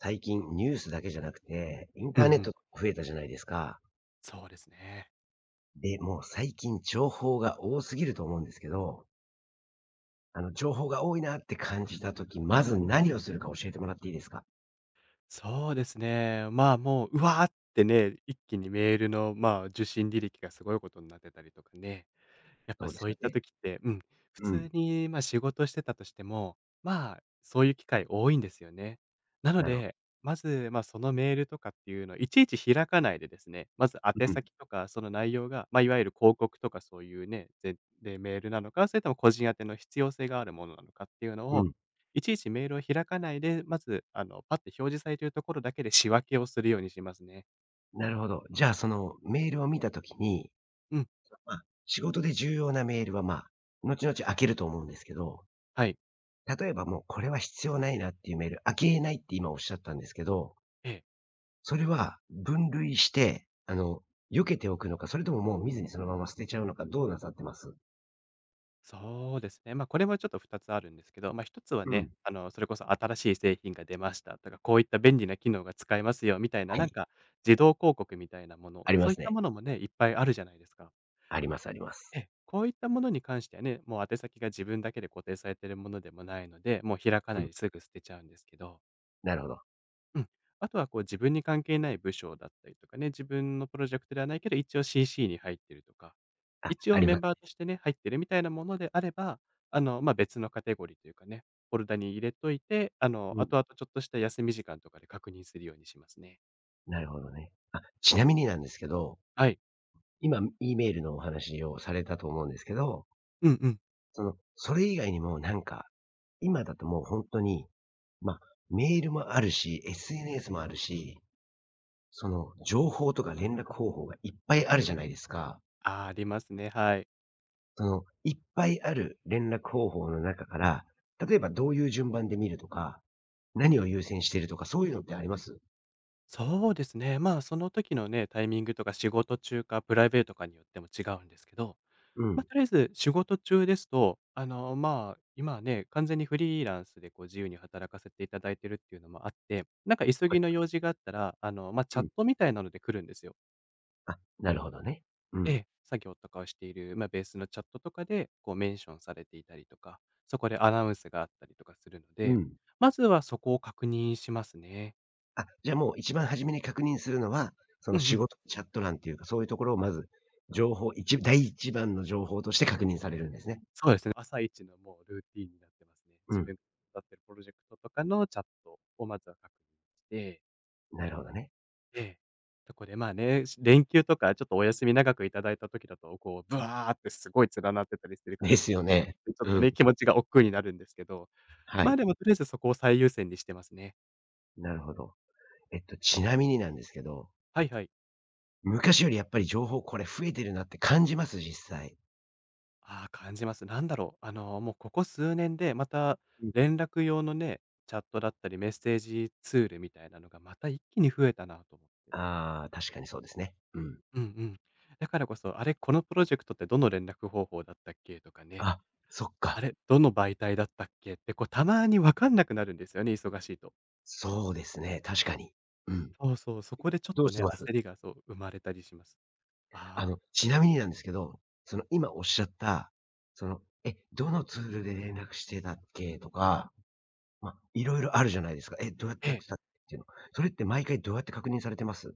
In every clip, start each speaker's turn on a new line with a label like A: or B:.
A: 最近ニュースだけじゃなくて、イン
B: う
A: タ
B: んう
A: ーネット
B: ん。
A: 増えたじゃないですか。
B: そうですね。
A: で、もう最近情報が多すぎると思うんですけど、情報が多いなって感じたとき、まず何をするか教えてもらっていいですか？
B: そうですね。まあ、もう、うわーってね、一気にメールの、受信履歴がすごいことになってたりとかね。やっ
A: そ
B: ぱ
A: うです
B: そうい
A: よ
B: った
A: ね。
B: 時って、普
A: うん。
B: 通に、仕事してたとしても、まあ、そういう機会多いんですよね。なの
A: なるほ
B: で、
A: ど。
B: まず、そのメールとかっていうのをいちいち開かないでですね、まず宛
A: う
B: 先とかその内容が、まあ、いわゆる広告とかそういうね、ぜで、メールなのか、それとも個人宛ての必要性があるものなのかっていうの
A: ん、う
B: を、
A: ん。
B: いちいちメールを開かないで、まず、パッて表示されているところだけで仕分けをするようにしますね。
A: なるほど。じゃあ、そのメールを見たときに、
B: うん、
A: 仕事で重要なメールは、後々開けると思うんですけど、
B: はい。
A: 例えばもうこれは必要ないなっていうメール、開けないって今おっしゃったんですけど、
B: ええ。
A: それは分類して、避けておくのか、それとももう見ずにそのまま捨てちゃうのか、どうなさってます？
B: そうですね。まあ、これもちょっと2つあるんですけど、まあ、1つは
A: うん。
B: ね、それこそ新しい製品が出ましたとか、こういった便利な機能が使えますよみたいな、
A: は
B: なん
A: い。
B: か自動広告みたいなもの、
A: ありま
B: そういっ
A: す
B: た
A: ね。
B: ものもね、いっぱいあるじゃないですか。
A: ありますあります。
B: ええ、こういったものに関してはね、もう宛先が自分だけで固定されているものでもないので、もう開か
A: う
B: ない
A: ん。
B: ですぐ捨てちゃうんですけど
A: なるほど。
B: うん。あとはこう自分に関係ない部署だったりとかね、自分のプロジェクトではないけど、一応 CC に入ってるとか、
A: あ、
B: 一
A: あ
B: 応
A: り
B: メ
A: ま
B: ンバ
A: す。
B: ーとしてね、入ってるみたいなものであれば、まあ、別のカテゴリーというかね、フォルダに入れといて、
A: うん。
B: 後々ちょっとした休み時間とかで確認するようにしますね。
A: なるほどね。あ、ちなみになんですけど、
B: はい。
A: 今 E メールのお話をされたと思うんですけど、
B: うんうん。
A: その、それ以外にもなんか、今だともうほんとに、ま、メールもあるし、SNS もあるし、その情報とか連絡方法がいっぱいあるじゃないですか。
B: あ、ありますね。はい。
A: その、いっぱいある連絡方法の中から、例えばどういう順番で見るとか、何を優先してるとか、そういうのってあります？
B: そうですね。まあ、その時のね、タイミングとか仕事中かプライベートかによっても違うんですけど、
A: うん。
B: まあ、と
A: は
B: りあえず仕事中ですと、まあ、今はね、完全にフリーランスでこう自由に働かせていただいてるっていうのもあって、なんか急
A: い
B: ぎの
A: はい。
B: 用事があったら、まあ、チ
A: う
B: ャッ
A: ん。
B: トみたいなので来るんですよ。
A: あ、なるほどね。う
B: え
A: ん。
B: え、作業とかをしている、まあ、ベースのチャットとかで、こうメンションされていたりとか、そこでアナウンスがあったりとかするの
A: う
B: で、
A: ん。
B: まずはそこを確認しますね。
A: あ、じゃあもう一番初めに確認するのは、その
B: うんう
A: 仕
B: ん。
A: 事チャット欄っていうか、そういうところをまず、情報、第一番の情報として確認されるんですね。
B: そうですね。朝一のもうルーティンになってますね。
A: う
B: 自
A: ん。
B: 分がやってるプロジェクトとかのチャットをまずは確認して
A: なるほどね。
B: ええ。そこでまあね、し連休とかちょっとお休み長くいただいた時だと、こう、ブワーってすごい連なってたりするか
A: で
B: ら、
A: すよね。
B: ちょっと
A: うん。
B: ね、気持ちが億劫になるんですけど、
A: は
B: まあ、
A: い。
B: でもとりあえずそこを最優先にしてますね。
A: なるほど。ちなみになんですけど、
B: はいはい。
A: 昔よりやっぱり情報これ増えてるなって感じます、実際。
B: ああ、感じます。なんだろう、もうここ数年でまた
A: うん。
B: 連絡用のね、チャットだったりメッセージツールみたいなのがまた一気に増えたなと思って。
A: ああ、確かにそうですね。うん。
B: うんうん。だからこそ、あれ、このプロジェクトってどの連絡方法だったっけとかね
A: あ、そっ
B: あ
A: か。
B: れ、どの媒体だったっけって、こう、たまにわかんなくなるんですよね、忙しいと。
A: そうですね、確かに。うん。
B: そうそう、そこでちょっ
A: どう
B: と
A: し
B: ね、
A: ます？
B: 焦りがそう、生まれたりします。ああ、
A: ちなみになんですけど、その今おっしゃった、その、どのツールで連絡してたっけとか、いろいろあるじゃないですか。どうやっ
B: え
A: てやっ
B: え、
A: てたっていうの。それって毎回どうやって確認されてます？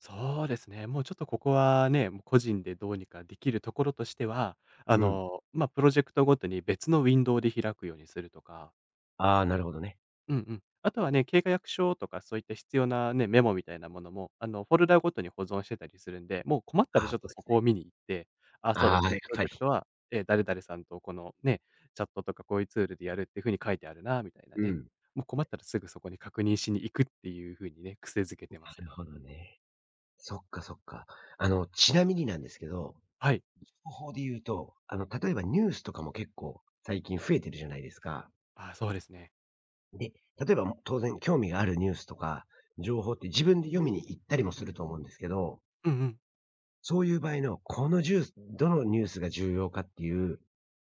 B: そうですね。もうちょっとここはね、もう個人でどうにかできるところとしては、
A: うん。
B: まあ、プロジェクトごとに別のウィンドウで開くようにするとか
A: ああ、なるほどね。
B: うん。あとはね、経過役所とかそういった必要なね、メモみたいなものも、フォルダごとに保存してたりするんで、もう困ったら
A: ああ、
B: ちょっ
A: そ
B: と
A: うで
B: そ
A: す
B: こ
A: ね。
B: を見に行って、あ、そうだ、
A: ああ、
B: こ
A: や
B: の
A: っ
B: プロ
A: ぱ
B: ジェ
A: り。
B: クトは、え、誰々さんとこのね、チャットとかこういうツールでやるっていう風に書いてあるなみたいな
A: うん。
B: ね。
A: な
B: もう困ったらすぐそこに確認しに行くっていう風にね、癖づけてます。
A: るほどね。そっかそっか。ちなみになんですけど、
B: はい。
A: 方法で言うと、例えばニュースとかも結構最近増えてるじゃないですか。
B: あ、そうですね。
A: で、例えばもう当然興味があるニュースとか、情報って自分で読みに行ったりもすると思うんですけど、
B: うんうん。
A: そういう場合の、このジュース、どのニュースが重要かっていう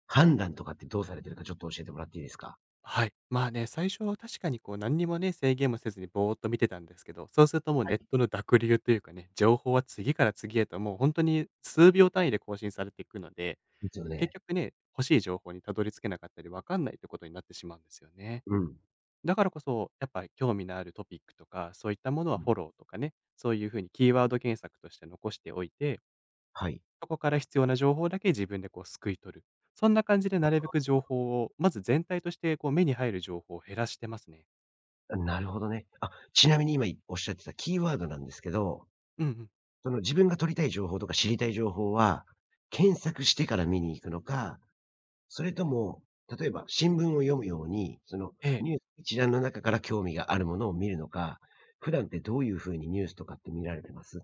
A: 判断とかってどうされてるかちょっと教えてもらっていいですか？
B: はい。まあね、最初は確かにこう何にもね、制限もせずにぼーっと見てたんですけど、そうするともう
A: は
B: ネッ
A: い。
B: トの濁流というかね、情報は次から次へともう本当に数秒単位で更新されていくので、
A: ですよ
B: 結
A: ね。
B: 局ね、欲しい情報にたどり着けなかったりわかんないってことになってしまうんですよね。
A: うん。
B: だからこそ、やっぱり興味のあるトピックとか、そういったもの
A: う
B: は
A: ん。
B: フォローとかね、そういうふうにキーワード検索として残しておいて、
A: はい。
B: そこから必要な情報だけ自分でこうすくい取る。そんな感じでなるべく情報を、まず全体としてこう目に入る情報を減らしてますね。
A: あ、なるほどね。あ、ちなみに今おっしゃってたキーワードなんですけど、
B: うんうん。
A: その自分が取りたい情報とか知りたい情報は、検索してから見に行くのか、それとも、例えば新聞を読むように、その
B: ええ。
A: ニュース一覧の中から興味があるものを見るのか、普段ってどういう風にニュースとかって見られてます？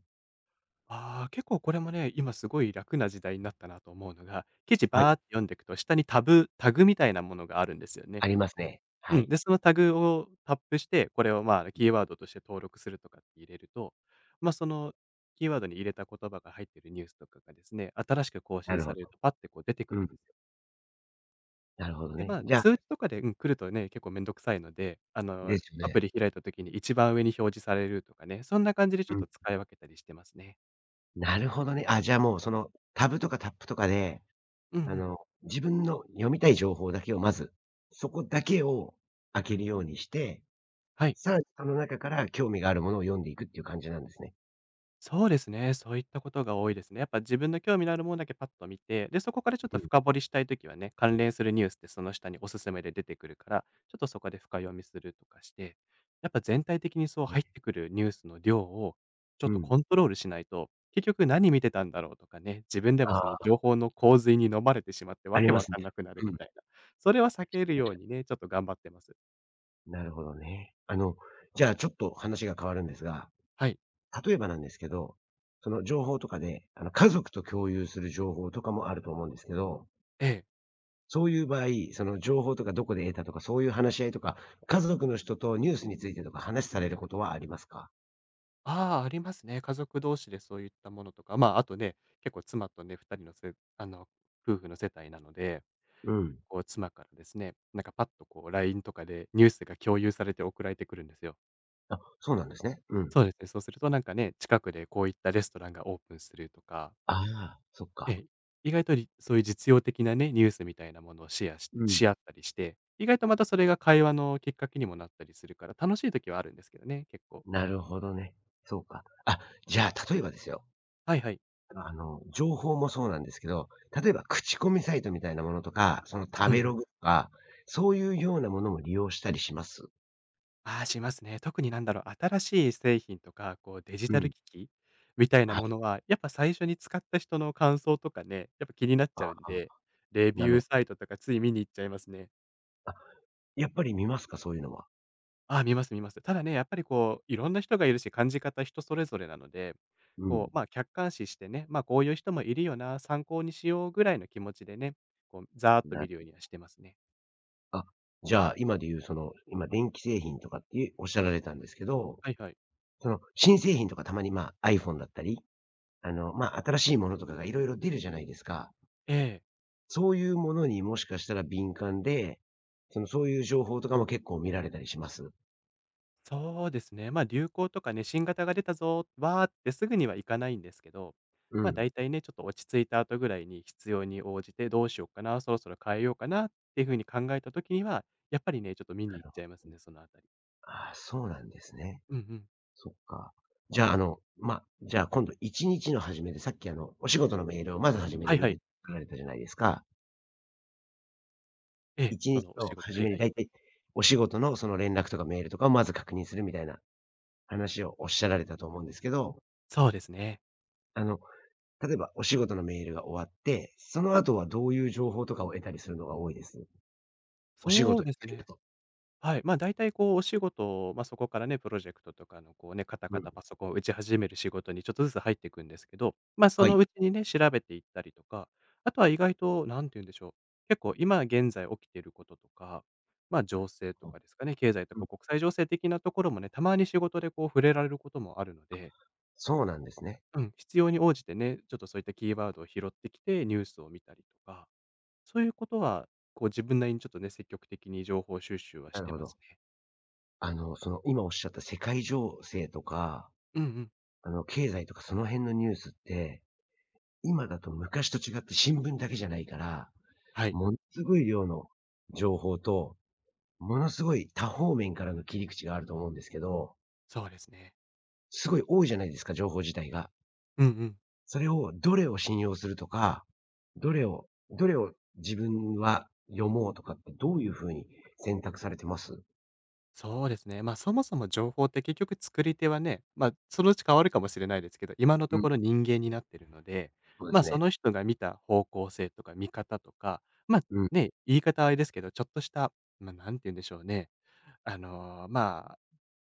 B: ああ、結構これもね、今すごい楽な時代になったなと思うのが、記事
A: はい、
B: バーって読んでいくと、下にタブタグみたいなものがあるんですよね。
A: ありますね。は
B: うん。
A: い。
B: で、そのタグをタップして、これをまあ、キーワードとして登録するとかって入れると、そのキーワードに入れた言葉が入っているニュースとかがですね、新しく更
A: な
B: 新
A: る
B: さ
A: ほど。
B: れるとパッてこう出てく
A: うん、
B: るんですよ
A: なるほど
B: で、
A: ね。
B: まあ、
A: じゃ
B: 通知
A: あ
B: とかで、来るとね、結構めんどくさいので、
A: ですよ
B: アプ
A: ね。
B: リ開いた時に一番上に表示されるとかね、そんな感じでち
A: う
B: ょっ
A: ん。
B: と使い分けたりしてますね。
A: なるほどね。あ、じゃあもうそのタブとかタップとかで、
B: うんう
A: あ
B: ん。
A: の、自分の読みたい情報だけをまず、そこだけを開けるようにして、
B: はい。
A: さらにその中から興味があるものを読んでいくっていう感じなんですね。
B: そうですね。そういったことが多いですね。やっぱ自分の興味のあるものだけパッと見て、で、そこからちょっ
A: う
B: と深
A: ん。
B: 掘りしたいときはね、関連するニュースってその下におすすめで出てくるから、ちょっとそこで深読みするとかして、やっぱ全体的にそう
A: ね、
B: 入ってくるニュースの量をちょ
A: う
B: っと
A: ん。
B: コントロールしないと、結局何見てたんだろうとかね、自分でもその
A: あ。
B: 情報の洪水に飲まれてしまって
A: あ
B: わ
A: り
B: け
A: ま
B: わ
A: す
B: かん
A: ね。
B: なくなる
A: う
B: み
A: ん。
B: たいな。それは避けるようにね、ちょっと頑張ってます。
A: なるほどね。じゃあちょっと話が変わるんですが、
B: はい。
A: 例えばなんですけど、その情報とかで、家族と共有する情報とかもあると思うんですけど、
B: ええ。
A: そういう場合、その情報とかどこで得たとか、そういう話し合いとか、家族の人とニュースについてとか話されることはありますか？
B: ああ、ありますね。家族同士でそういったものとか、まあ、あとね、結構妻とね、2人のせあの、夫婦の世帯なので、
A: うん。
B: こう妻からですね、なんかパッとこう LINE とかでニュースが共有されて送られてくるんですよ。
A: あ、そうなんですね。うん。
B: そうですね、そうするとなんかね、近くでこういったレストランがオープンするとか、
A: ああ、そっか。
B: ええ、意外とりそういう実用的なね、ニュースみたいなものをシェアして
A: うん。
B: し合ったりして、意外とまたそれが会話のきっかけにもなったりするから、楽しい時はあるんですけどね、結構。
A: なるほどね。そうか。あ、じゃあ例えばですよ、
B: はいはい。
A: 情報もそうなんですけど、例えば口コミサイトみたいなものとか、その食
B: うんう
A: べロ
B: ん。
A: グとか、そういうようなものも利用したりします？
B: ああ、しますね。特になんだろう、新しい製品とか、こうデジ
A: う
B: タル
A: ん。
B: 機器みたいな
A: は
B: も
A: い。
B: のは、やっぱ最初に使った人の感想とかね、やっぱ気になっちゃうん
A: あ、
B: で、レビ
A: な
B: ュ
A: る
B: ー
A: ほ
B: サ
A: ど。
B: イトとかつい見に行っちゃいますね。
A: あ、やっぱり見ますか？そういうのは。
B: ああ、見ます見ます。ただね、やっぱりこう、いろんな人がいるし、感じ方人それぞれなので、
A: うん。
B: こう、まあ、客観視してね、まあ、こういう人もいるよな、参考にしようぐらいの気持ちでね、こう、ざーっと
A: な
B: 見
A: る
B: るよう
A: ほ
B: にはし
A: ど。
B: てますね。
A: あ、じゃあ、今で言うその、今電気製品とかっておっしゃられたんですけど、
B: はいはい。
A: その新製品とかたまに、iPhone だったり、新しいものとかがいろいろ出るじゃないですか。
B: ええ。
A: そういうものにもしかしたら敏感で、その、そういう情報とかも結構見られたりします？
B: そうですね。まあ、流行とかね、新型が出たぞ、わーってすぐにはいかないんですけど、
A: う
B: まあ、
A: ん。
B: 大体ね、ちょっと落ち着いた後ぐらいに必要に応じてどうしようかな、そろそろ変えようかなっていうふうに考えた時には、やっぱりね、ちょっと見に
A: な
B: 行
A: るほ
B: っちゃい
A: ど。
B: ますね、そのあたり。
A: ああ、そうなんですね。
B: うんうん。
A: そっか。じゃあ、今度1日の初めで、さっきお仕事のメールをまず初め
B: は
A: に
B: い
A: 見
B: は
A: るっ
B: い。
A: て言われたじゃないですか。
B: ええ、
A: 1
B: そ
A: 日
B: のお
A: の
B: 仕事。
A: 初
B: はい
A: めに
B: は
A: だ
B: い。
A: いたいお仕事のその連絡とかメールとかをまず確認するみたいな話をおっしゃられたと思うんですけど、
B: そうですね。
A: あの、例えばお仕事のメールが終わって、その後はどういう情報とかを得たりするのが多いです？お仕
B: そう
A: 事以
B: です
A: 外だ
B: ね。
A: と。
B: はい、まあ、大体こうお仕事、ま、そこからね、プロジェクトとかのこうね、カタ
A: う
B: カ
A: ん。
B: タパソコンを打ち始める仕事にちょっとずつ入っていくんですけど、ま、そ
A: は
B: の
A: い。
B: うちにね、調べていったりとか、あとは意外となんて言うんでしょう、結構今現在起きていることとか、ま、情勢とかですかね、経済と
A: うん。
B: か国際情勢的なところもね、たまに仕事でこう触れられることもあるので、
A: そうなんですね。
B: うん、必要に応じてね、ちょっとそういったキーワードを拾ってきてニュースを見たりとか、そういうことはこう自分なりにちょっとね、積極的に情報収集は
A: な
B: し
A: る
B: て
A: ほ
B: ま
A: ど。
B: すね。
A: その、今おっしゃった世界情勢とか、
B: うんうん。
A: 経済とかその辺のニュースって、今だと昔と違って新聞だけじゃないから、
B: はい、
A: ものすごい量の情報と、ものすごい多方面からの切り口があると思うんですけど、
B: そうですね。
A: すごい多いじゃないですか、情報自体が。
B: うんうん。
A: それを、どれを信用するとか、どれを自分は読もうとかってどういうふうに選択されてます？
B: そうですね。まあ、そもそも情報って結局作り手はね、まあ、そのうち変わるかもしれないですけど、今の
A: う
B: と
A: ん、
B: ころ人間になってるので、
A: そうで
B: まあ、
A: す
B: そ
A: ね。
B: の人が見た方向性とか見方とか、まあ、
A: うん、
B: ね、言い方はあれですけど、ちょっとした、まあ、なんて言うんでしょうね。まあ、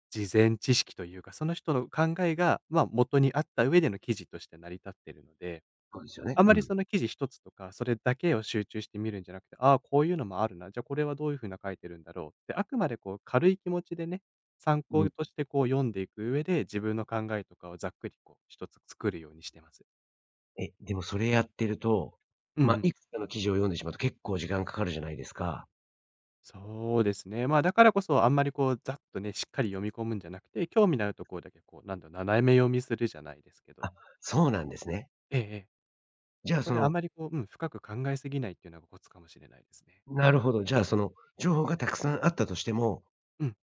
B: 事前知識というか、その人の考えが、まあ、元にあった上での記事として成り立ってるので、
A: そうですよね。
B: あんま
A: う
B: り
A: ん。
B: その記事一つとか、それだけを集中して見るんじゃなくて、ああ、こういうのもあるな、じゃあこれはどういう風な書いてるんだろうって、あくまでこう軽い気持ちでね、参
A: う
B: 考
A: ん。
B: としてこう読んでいく上で、自分の考えとかをざっくりこう一つ作るようにしてます。
A: でもそれやってると、
B: うんうん。
A: いくつかの記事を読んでしまうと結構時間かかるじゃないですか。
B: そうですね。まあ、だからこそあんまりこうざっとね、しっかり読み込むんじゃなくて、興味のあるところだけこうなんだろう、斜め読みするじゃないですけど、
A: あ、そうなんですね。
B: ええええ。
A: じゃ
B: そ
A: あ
B: こ
A: そ
B: であ
A: の、
B: まりこう、うん、深く考えすぎないっていうのがコツかもしれないですね。
A: なるほど、じゃあその、情報がたくさんあったとしても、
B: うん、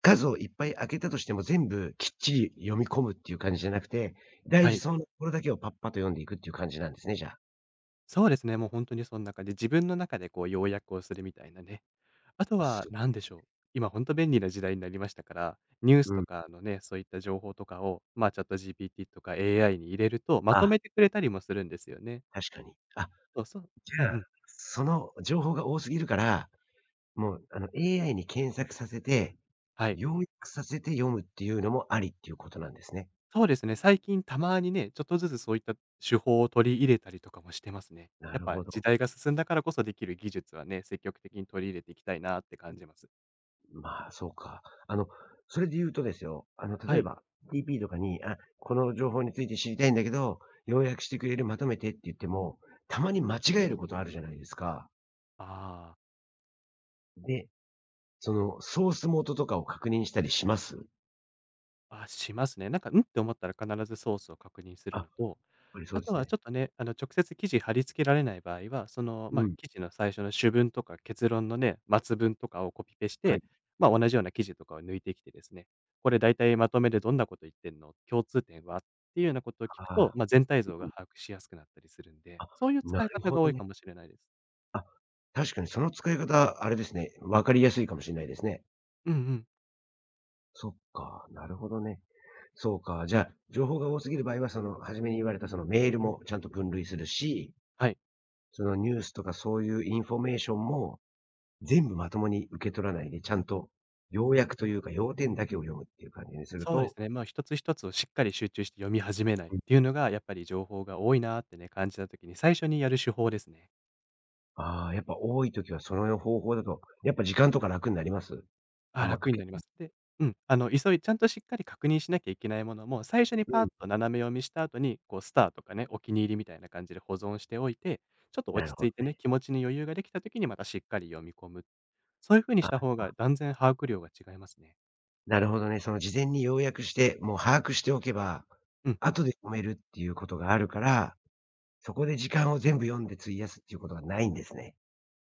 A: 数をいっぱい開けたとしても全部きっちり読み込むっていう感じじゃなくて、大
B: は
A: 事
B: い。
A: そうなところだけをパッパと読んでいくっていう感じなんですね、じゃあ。
B: そうですね、もう本当にそん中で、自分の中でこう要約をするみたいなね。あとは
A: す
B: 何でしょう、今本当便利な時代になりましたから、ニュース
A: う
B: と
A: ん。
B: かのね、そういった情報とかを、まあ、ちょっと GPT とか AI に入れると、まと
A: あ、
B: めてくれたりもするんですよね。
A: 確かに。あ、
B: そうそう
A: じ
B: うん
A: ゃ
B: う
A: あ、
B: ん。
A: その情報が多すぎるから、もうAI に検索させて、
B: はい。
A: 要約させて読むっていうのもありっていうことなんですね。
B: そうですね、最近たまにね、ちょっとずつそういった手法を取り入れたりとかもしてますね。
A: な
B: やっ
A: る
B: ぱ
A: ほ
B: 時
A: ど。
B: 代が進んだからこそできる技術はね、積極的に取り入れていきたいなって感じます。
A: そうか。あの、それで言うとですよ、
B: は
A: 例え
B: い。
A: ば、TP とかに、あ、この情報について知りたいんだけど、要約してくれる、まとめてって言っても、たまに間違えることあるじゃないですか。
B: ああ。
A: で、その、ソース元とかを確認したりします？
B: あ、しますね。なんか、「ん？」って思ったら必ずソースを確認す
A: あ、
B: る
A: やっ
B: のと、
A: ぱりそう
B: あ
A: で
B: と
A: す
B: は
A: ね。
B: ちょっとね、あの、直接生地貼り付けられない場合は、その、
A: う
B: ま、
A: ん。
B: 記事の最初の主文とか結論のね、末文とかをコピペし
A: はい。
B: て、まあ、同じような記事とかを抜いてきてですね、「これ大体まとめでどんなこと言ってんの？共通点は？」っていうようなことを聞くと、
A: ああ。
B: まあ、全体像
A: う
B: が
A: ん。
B: 把握しやすくなったりするんで、
A: あ、
B: そういう
A: な
B: 使い
A: る
B: 方
A: ほ
B: が
A: ど
B: 多い
A: ね。
B: かもしれないです。
A: あ、確かにその使い方、あれですね、わかりやすいかもしれないですね。
B: うんうん。
A: そっか、なるほどね。そうか。じゃあ、情報が多すぎる場合は、その、初めに言われたそのメールもちゃんと分類するし、
B: はい。
A: そのニュースとかそういうインフォメーションも全部まともに受け取らないで、ちゃんと要約というか要点だけを読むっていう感じにする
B: そうで
A: と、
B: すね。まあ、一つ一つをしっかり集中して読み始めないっ
A: うん。
B: ていうのが、やっぱり情報が多いなーってね、感じた時に最初にやる手法ですね。
A: ああ、やっぱ多い時はその方法だと、やっぱ時間とか楽になります？あ
B: あ、
A: んまか
B: 楽に
A: け
B: なります。で、うん、あの、急いちゃんとしっかり確認しなきゃいけないものも、最初に
A: う
B: パーッ
A: ん。
B: と斜め読みした後に、こう、スターとかね、お気に入りみたいな感じで保存しておいて、ちょっと
A: な
B: 落
A: る
B: ち
A: ほ
B: 着いて
A: ど
B: ね、
A: ね。
B: 気持ちに余裕ができた時にまたしっかり読み込む。そういう風にした
A: あ、
B: 方が断然把握量が違いますね。
A: なるほどね。その事前に要約して、もう把握しておけば、
B: うん。
A: 後で読めるっていうことがあるから、そこで時間を全部読んで費やすっていうことがないんですね。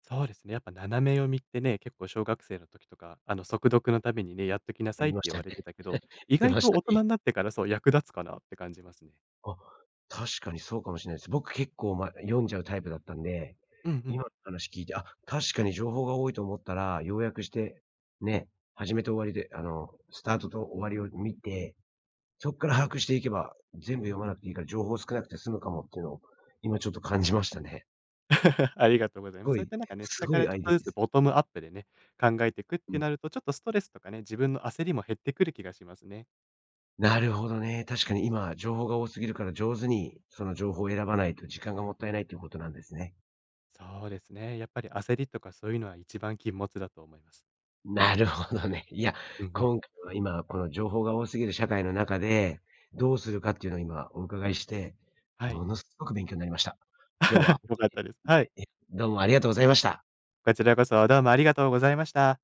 B: そうですね、やっぱ斜め読みってね、結構小学生の時とか、あの、速読のためにね、やっときな
A: あ
B: さ
A: り
B: いって
A: まし
B: 言
A: た
B: われて
A: ね。
B: たけど、意
A: 言って
B: 外
A: ま
B: と
A: した
B: 大
A: ね。
B: 人になってから、そう、役立つかなって感じますね。
A: あ、確かにそうかもしれないです。僕結構、読んじゃうタイプだったんで、
B: うんう
A: 今
B: ん。
A: の話聞いて、あ、確かに情報が多いと思ったら、要約して、ね、始めと終わりで、スタートと終わりを見て、そこから把握していけば、全部読まなくていいから情報少なくて済むかもっていうのを、今ちょっと感じましたね。
B: ありがとうござい
A: す
B: ます。
A: ご
B: そういっ
A: い、
B: たなんかね、
A: す
B: 下
A: ご
B: から
A: い
B: ち
A: ア
B: ょ
A: イ
B: っ
A: デ
B: と
A: ア
B: ず
A: で
B: つ
A: す。
B: ボトムアップでね、考えていくっ
A: う
B: て
A: ん。
B: なると、ちょっとストレスとかね、自分の焦りも減ってくる気がしますね。
A: なるほどね。確かに今情報が多すぎるから上手にその情報を選ばないと時間がもったいないっていうことなんですね。
B: そうですね、やっぱり焦りとかそういうのは一番禁物だと思います。
A: なるほどね。いや、
B: うんうん。
A: 今回は今、この情報が多すぎる社会の中で、どうするかっていうのを今お伺いして、
B: はい。
A: ものすごく勉強になりました。今日は、
B: よかったです。はい。
A: え、どうもありがとうございました。
B: こちらこそどうもありがとうございました。